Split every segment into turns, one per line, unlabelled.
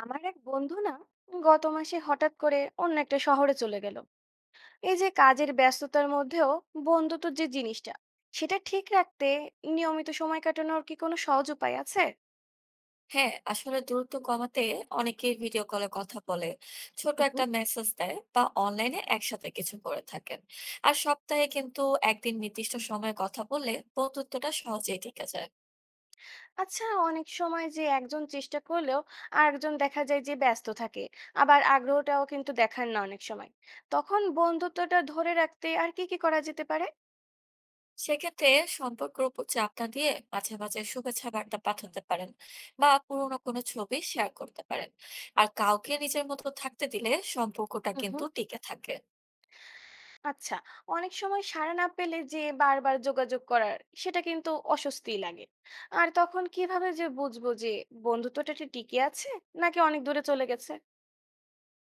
আমার এক বন্ধু না, গত মাসে হঠাৎ করে অন্য একটা শহরে চলে গেল। এই যে কাজের ব্যস্ততার মধ্যেও বন্ধুত্ব যে জিনিসটা, সেটা ঠিক রাখতে নিয়মিত সময় কাটানোর কি কোনো সহজ উপায় আছে?
হ্যাঁ, আসলে দূরত্ব কমাতে অনেকেই ভিডিও কলে কথা বলে, ছোট
হুম।
একটা মেসেজ দেয় বা অনলাইনে একসাথে কিছু করে থাকেন। আর সপ্তাহে কিন্তু একদিন নির্দিষ্ট সময়ে কথা বললে বন্ধুত্বটা সহজেই টিকে যায়।
আচ্ছা, অনেক সময় যে একজন চেষ্টা করলেও আরেকজন দেখা যায় যে ব্যস্ত থাকে, আবার আগ্রহটাও কিন্তু দেখান না অনেক সময়। তখন বন্ধুত্বটা ধরে রাখতে আর কি কি করা যেতে পারে?
সেক্ষেত্রে সম্পর্কের উপর চাপ না দিয়ে মাঝে মাঝে শুভেচ্ছা বার্তা পাঠাতে পারেন বা পুরোনো কোনো ছবি শেয়ার করতে পারেন। আর কাউকে নিজের মতো থাকতে দিলে সম্পর্কটা কিন্তু
হুম।
টিকে থাকে।
আচ্ছা, অনেক সময় সাড়া না পেলে যে বারবার যোগাযোগ করার, সেটা কিন্তু অস্বস্তি লাগে। আর তখন কিভাবে যে বুঝবো যে বন্ধুত্বটা কি টিকে আছে, নাকি অনেক দূরে চলে গেছে?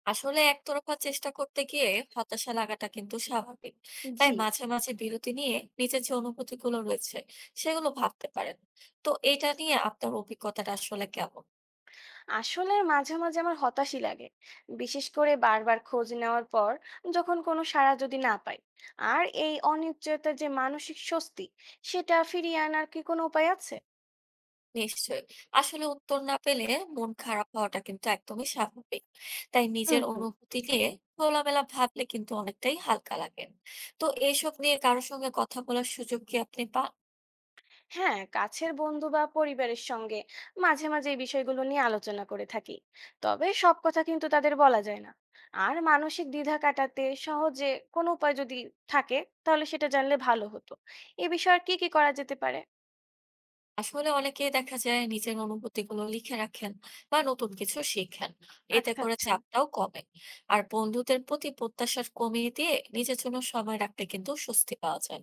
আসলে একতরফা চেষ্টা করতে গিয়ে হতাশা লাগাটা কিন্তু স্বাভাবিক। তাই
জি।
মাঝে মাঝে বিরতি নিয়ে নিজের যে অনুভূতি গুলো রয়েছে সেগুলো ভাবতে পারেন। তো এটা নিয়ে আপনার অভিজ্ঞতাটা আসলে কেমন?
আসলে মাঝে মাঝে আমার হতাশই লাগে, বিশেষ করে বারবার খোঁজ নেওয়ার পর যখন কোনো সাড়া যদি না পাই। আর এই অনিশ্চয়তার যে মানসিক স্বস্তি, সেটা ফিরিয়ে আনার কি কোনো উপায় আছে?
নিশ্চয়ই। আসলে উত্তর না পেলে মন খারাপ হওয়াটা কিন্তু একদমই স্বাভাবিক। তাই
হুম,
নিজের
হুম।
অনুভূতি নিয়ে খোলামেলা ভাবলে কিন্তু অনেকটাই হালকা লাগে। তো এইসব নিয়ে কারোর সঙ্গে কথা বলার সুযোগ কি আপনি পান?
হ্যাঁ, কাছের বন্ধু বা পরিবারের সঙ্গে মাঝে মাঝে এই বিষয়গুলো নিয়ে আলোচনা করে থাকি। তবে সব কথা কিন্তু তাদের বলা যায় না। আর মানসিক দ্বিধা কাটাতে সহজে কোনো উপায় যদি থাকে, তাহলে সেটা জানলে ভালো হতো। এ বিষয়ে আর কি কি করা যেতে পারে?
আসলে অনেকে দেখা যায় নিজের অনুভূতি গুলো লিখে রাখেন বা নতুন কিছু শিখেন। এতে
আচ্ছা,
করে
আচ্ছা।
চাপটাও কমে। আর বন্ধুদের প্রতি প্রত্যাশা কমিয়ে দিয়ে নিজের জন্য সময় রাখতে কিন্তু স্বস্তি পাওয়া যায়।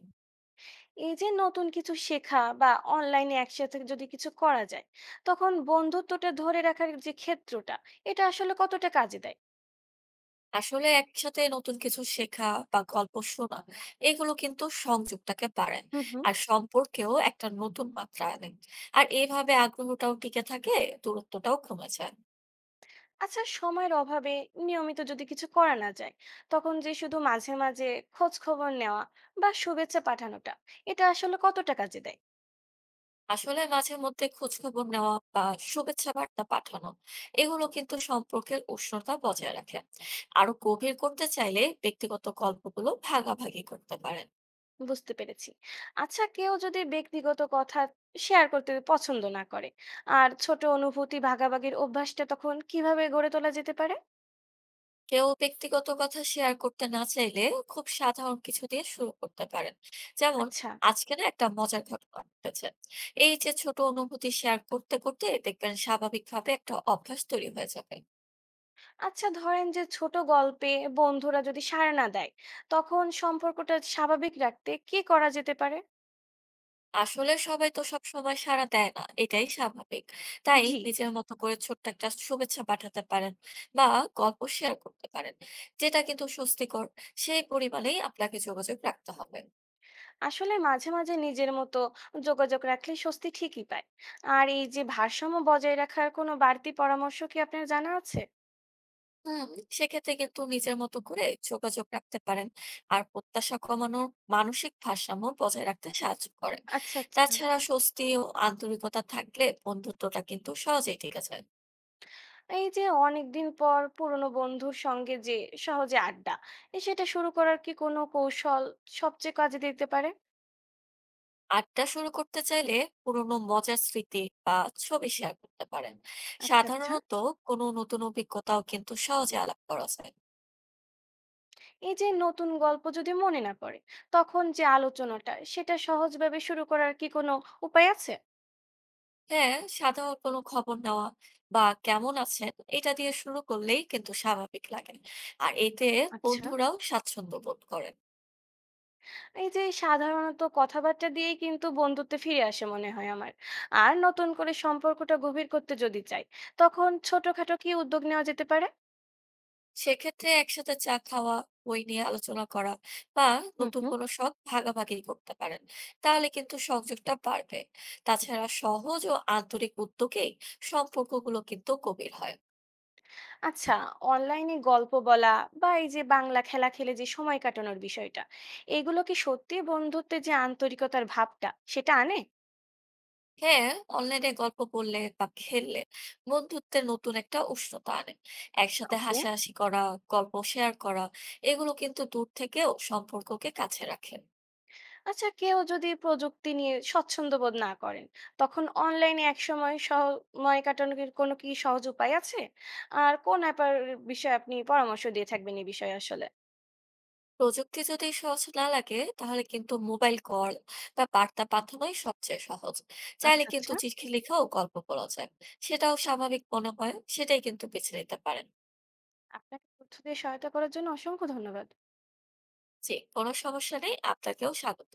এই যে নতুন কিছু শেখা বা অনলাইনে একসাথে যদি কিছু করা যায়, তখন বন্ধুত্বটা ধরে রাখার যে ক্ষেত্রটা, এটা আসলে কতটা কাজে দেয়?
আসলে একসাথে নতুন কিছু শেখা বা গল্প শোনা, এগুলো কিন্তু সংযোগটাকে বাড়ায়।
হুম, হুম।
আর সম্পর্কেও একটা নতুন মাত্রা আনে। আর এইভাবে আগ্রহটাও টিকে থাকে, দূরত্বটাও কমে যায়।
আচ্ছা, সময়ের অভাবে নিয়মিত যদি কিছু করা না যায়, তখন যে শুধু মাঝে মাঝে খোঁজ খবর নেওয়া বা শুভেচ্ছা পাঠানোটা, এটা আসলে কতটা কাজে দেয়?
আসলে মাঝে মধ্যে খোঁজখবর নেওয়া বা শুভেচ্ছা বার্তা পাঠানো, এগুলো কিন্তু সম্পর্কের উষ্ণতা বজায় রাখে। আরো গভীর করতে চাইলে ব্যক্তিগত গল্পগুলো ভাগাভাগি করতে পারেন।
বুঝতে পেরেছি। আচ্ছা, কেউ যদি ব্যক্তিগত কথা শেয়ার করতে পছন্দ না করে, আর ছোট অনুভূতি ভাগাভাগির অভ্যাসটা তখন কিভাবে গড়ে তোলা যেতে পারে?
কেউ ব্যক্তিগত কথা শেয়ার করতে না চাইলে খুব সাধারণ কিছু দিয়ে শুরু করতে পারেন। যেমন,
আচ্ছা,
আজকে না একটা মজার ঘটনা ঘটেছে। এই যে ছোট অনুভূতি শেয়ার করতে করতে দেখবেন স্বাভাবিকভাবে একটা অভ্যাস তৈরি হয়ে যাবে।
আচ্ছা। ধরেন যে ছোট গল্পে বন্ধুরা যদি সাড়া না দেয়, তখন সম্পর্কটা স্বাভাবিক রাখতে কি করা যেতে পারে?
আসলে সবাই তো সবসময় সাড়া দেয় না, এটাই স্বাভাবিক। তাই
জি।
নিজের মতো করে ছোট্ট একটা শুভেচ্ছা পাঠাতে পারেন বা গল্প শেয়ার করতে পারেন। যেটা কিন্তু স্বস্তিকর, সেই পরিমাণেই আপনাকে যোগাযোগ রাখতে হবে।
আসলে মাঝে মাঝে নিজের মতো যোগাযোগ রাখলে স্বস্তি ঠিকই পায়। আর এই যে ভারসাম্য বজায় রাখার কোনো বাড়তি পরামর্শ কি আপনার জানা আছে?
হুম, সেক্ষেত্রে কিন্তু নিজের মতো করে যোগাযোগ রাখতে পারেন। আর প্রত্যাশা কমানোর মানসিক ভারসাম্য বজায় রাখতে সাহায্য করে।
আচ্ছা, আচ্ছা।
তাছাড়া স্বস্তি ও আন্তরিকতা থাকলে বন্ধুত্বটা কিন্তু সহজেই টিকে যায়।
এই যে অনেকদিন পর পুরনো বন্ধুর সঙ্গে যে সহজে আড্ডা, এ সেটা শুরু করার কি কোনো কৌশল সবচেয়ে কাজে দিতে পারে?
আড্ডা শুরু করতে চাইলে পুরোনো মজার স্মৃতি বা ছবি শেয়ার করতে পারেন।
আচ্ছা, আচ্ছা।
সাধারণত কোনো নতুন অভিজ্ঞতাও কিন্তু সহজে আলাপ করা যায়।
এই যে নতুন গল্প যদি মনে না পড়ে, তখন যে আলোচনাটা সেটা সহজভাবে শুরু করার কি কোনো উপায় আছে?
হ্যাঁ, সাধারণ কোনো খবর নেওয়া বা কেমন আছেন, এটা দিয়ে শুরু করলেই কিন্তু স্বাভাবিক লাগে। আর এতে
আচ্ছা।
বন্ধুরাও স্বাচ্ছন্দ্য বোধ করে।
এই যে সাধারণত কথাবার্তা দিয়েই কিন্তু বন্ধুত্বে ফিরে আসে মনে হয় আমার। আর নতুন করে সম্পর্কটা গভীর করতে যদি চাই, তখন ছোটখাটো কি উদ্যোগ নেওয়া যেতে পারে?
সেক্ষেত্রে একসাথে চা খাওয়া, বই নিয়ে আলোচনা করা বা
হুম,
নতুন
হুম।
কোনো শখ ভাগাভাগি করতে পারেন। তাহলে কিন্তু সংযোগটা বাড়বে। তাছাড়া সহজ ও আন্তরিক উদ্যোগেই সম্পর্কগুলো কিন্তু গভীর হয়।
আচ্ছা, অনলাইনে গল্প বলা বা এই যে বাংলা খেলা খেলে যে সময় কাটানোর বিষয়টা, এগুলো কি সত্যি বন্ধুত্বে যে আন্তরিকতার ভাবটা সেটা আনে?
হ্যাঁ, অনলাইনে গল্প করলে বা খেললে বন্ধুত্বের নতুন একটা উষ্ণতা আনে। একসাথে
ওকে।
হাসাহাসি করা, গল্প শেয়ার করা, এগুলো কিন্তু দূর থেকেও সম্পর্ককে কাছে রাখে।
আচ্ছা, কেউ যদি প্রযুক্তি নিয়ে স্বচ্ছন্দ বোধ না করেন, তখন অনলাইনে একসময় সময় কাটানোর কোনো কি সহজ উপায় আছে? আর কোন অ্যাপের বিষয়ে আপনি পরামর্শ দিয়ে থাকবেন এই বিষয়ে আসলে?
প্রযুক্তি যদি সহজ না লাগে তাহলে কিন্তু মোবাইল কল বা বার্তা পাঠানোই সবচেয়ে সহজ। চাইলে
আচ্ছা,
কিন্তু
আচ্ছা।
চিঠি লেখাও গল্প বলা যায়। সেটাও স্বাভাবিক মনে হয় সেটাই কিন্তু বেছে নিতে পারেন।
আপনাকে তথ্য দিয়ে সহায়তা করার জন্য অসংখ্য ধন্যবাদ।
জি, কোনো সমস্যা নেই। আপনাকেও স্বাগত।